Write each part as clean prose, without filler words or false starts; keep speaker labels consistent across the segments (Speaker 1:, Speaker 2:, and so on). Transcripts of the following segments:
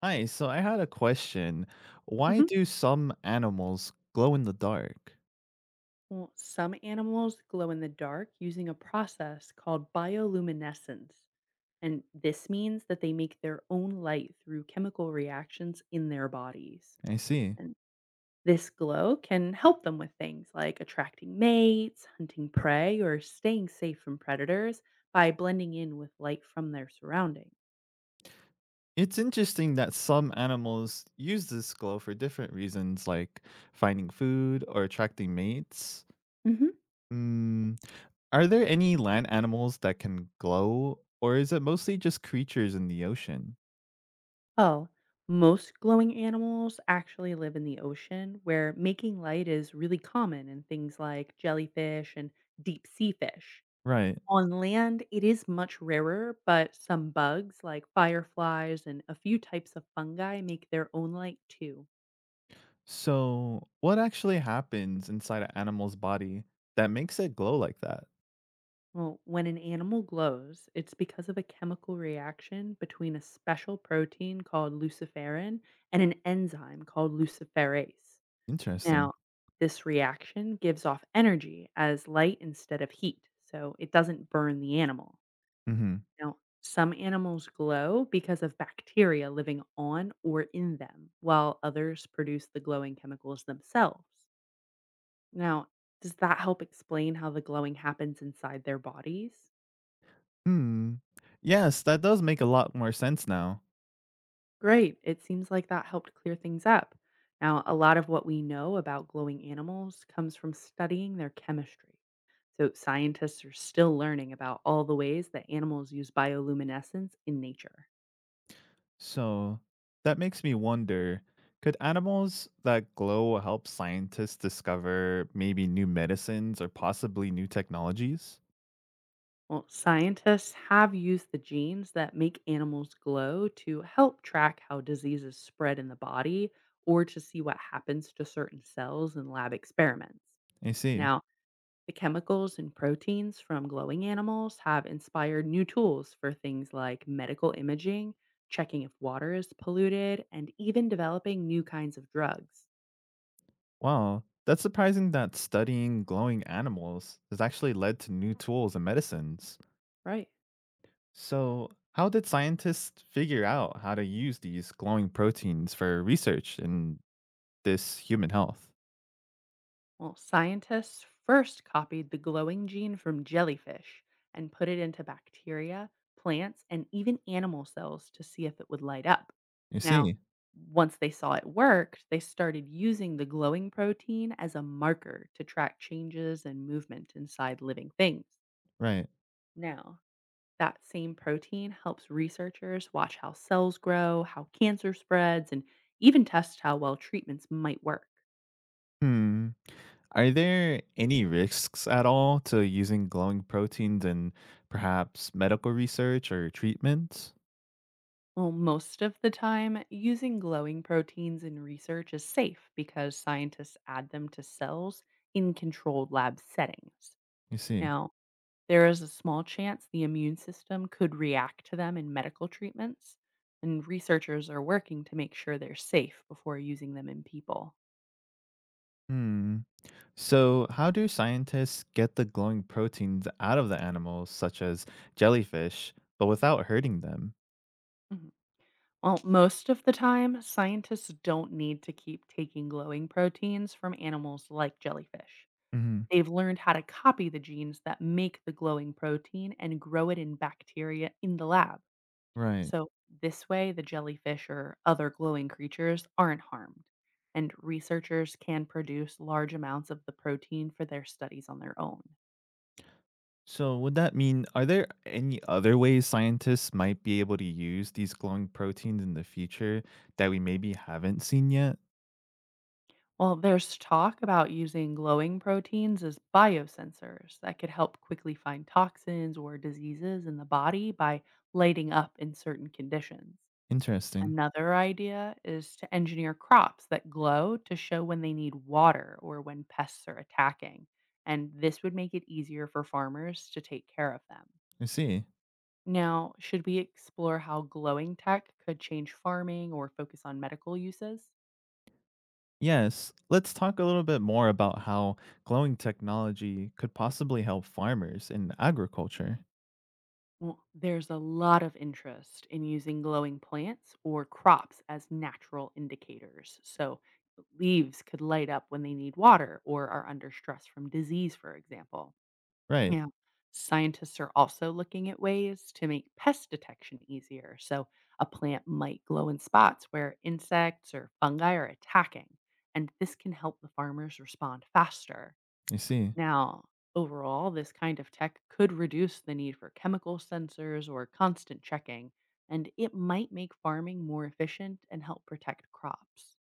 Speaker 1: Hi, so I had a question. Why
Speaker 2: Mhm.
Speaker 1: do some animals glow in the dark?
Speaker 2: Well, some animals glow in the dark using a process called bioluminescence. And this means that they make their own light through chemical reactions in their bodies.
Speaker 1: I see.
Speaker 2: And this glow can help them with things like attracting mates, hunting prey, or staying safe from predators by blending in with light from their surroundings.
Speaker 1: It's interesting that some animals use this glow for different reasons, like finding food or attracting mates. Mm, are there any land animals that can glow, or is it mostly just creatures in the ocean?
Speaker 2: Oh, most glowing animals actually live in the ocean, where making light is really common in things like jellyfish and deep sea fish.
Speaker 1: Right.
Speaker 2: On land, it is much rarer, but some bugs like fireflies and a few types of fungi make their own light too.
Speaker 1: So, what actually happens inside an animal's body that makes it glow like that?
Speaker 2: Well, when an animal glows, it's because of a chemical reaction between a special protein called luciferin and an enzyme called luciferase.
Speaker 1: Interesting.
Speaker 2: Now, this reaction gives off energy as light instead of heat, so it doesn't burn the animal.
Speaker 1: Mm-hmm.
Speaker 2: Now, some animals glow because of bacteria living on or in them, while others produce the glowing chemicals themselves. Now, does that help explain how the glowing happens inside their bodies?
Speaker 1: Hmm. Yes, that does make a lot more sense now.
Speaker 2: Great. It seems like that helped clear things up. Now, a lot of what we know about glowing animals comes from studying their chemistry. So, scientists are still learning about all the ways that animals use bioluminescence in nature.
Speaker 1: So that makes me wonder, could animals that glow help scientists discover maybe new medicines or possibly new technologies?
Speaker 2: Well, scientists have used the genes that make animals glow to help track how diseases spread in the body or to see what happens to certain cells in lab experiments.
Speaker 1: I see.
Speaker 2: Now, the chemicals and proteins from glowing animals have inspired new tools for things like medical imaging, checking if water is polluted, and even developing new kinds of drugs.
Speaker 1: Wow, that's surprising that studying glowing animals has actually led to new tools and medicines.
Speaker 2: Right.
Speaker 1: So, how did scientists figure out how to use these glowing proteins for research in this human health?
Speaker 2: Well, scientists first copied the glowing gene from jellyfish and put it into bacteria, plants, and even animal cells to see if it would light up.
Speaker 1: You
Speaker 2: Now,
Speaker 1: see,
Speaker 2: once they saw it worked, they started using the glowing protein as a marker to track changes and movement inside living things.
Speaker 1: right.
Speaker 2: Now, that same protein helps researchers watch how cells grow, how cancer spreads, and even test how well treatments might work.
Speaker 1: Hmm. Are there any risks at all to using glowing proteins in perhaps medical research or treatments?
Speaker 2: Well, most of the time, using glowing proteins in research is safe because scientists add them to cells in controlled lab settings.
Speaker 1: You see.
Speaker 2: Now, there is a small chance the immune system could react to them in medical treatments, and researchers are working to make sure they're safe before using them in people.
Speaker 1: Hmm. So, how do scientists get the glowing proteins out of the animals, such as jellyfish, but without hurting them?
Speaker 2: Mhm. Well, most of the time, scientists don't need to keep taking glowing proteins from animals like jellyfish.
Speaker 1: Hmm.
Speaker 2: They've learned how to copy the genes that make the glowing protein and grow it in bacteria in the lab.
Speaker 1: Right.
Speaker 2: So, this way, the jellyfish or other glowing creatures aren't harmed, and researchers can produce large amounts of the protein for their studies on their own.
Speaker 1: So, would that mean, are there any other ways scientists might be able to use these glowing proteins in the future that we maybe haven't seen yet?
Speaker 2: Well, there's talk about using glowing proteins as biosensors that could help quickly find toxins or diseases in the body by lighting up in certain conditions.
Speaker 1: Interesting.
Speaker 2: Another idea is to engineer crops that glow to show when they need water or when pests are attacking, and this would make it easier for farmers to take care of them.
Speaker 1: I see.
Speaker 2: Now, should we explore how glowing tech could change farming or focus on medical uses?
Speaker 1: Yes, let's talk a little bit more about how glowing technology could possibly help farmers in agriculture.
Speaker 2: Well, there's a lot of interest in using glowing plants or crops as natural indicators. So, leaves could light up when they need water or are under stress from disease, for example.
Speaker 1: Right,
Speaker 2: Yeah. Scientists are also looking at ways to make pest detection easier. So, a plant might glow in spots where insects or fungi are attacking, and this can help the farmers respond faster.
Speaker 1: you see.
Speaker 2: Now, overall, this kind of tech could reduce the need for chemical sensors or constant checking, and it might make farming more efficient and help protect crops.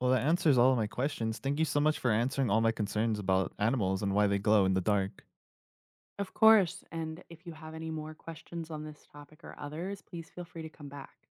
Speaker 1: Well, that answers all of my questions. Thank you so much for answering all my concerns about animals and why they glow in the dark.
Speaker 2: Of course, and if you have any more questions on this topic or others, please feel free to come back.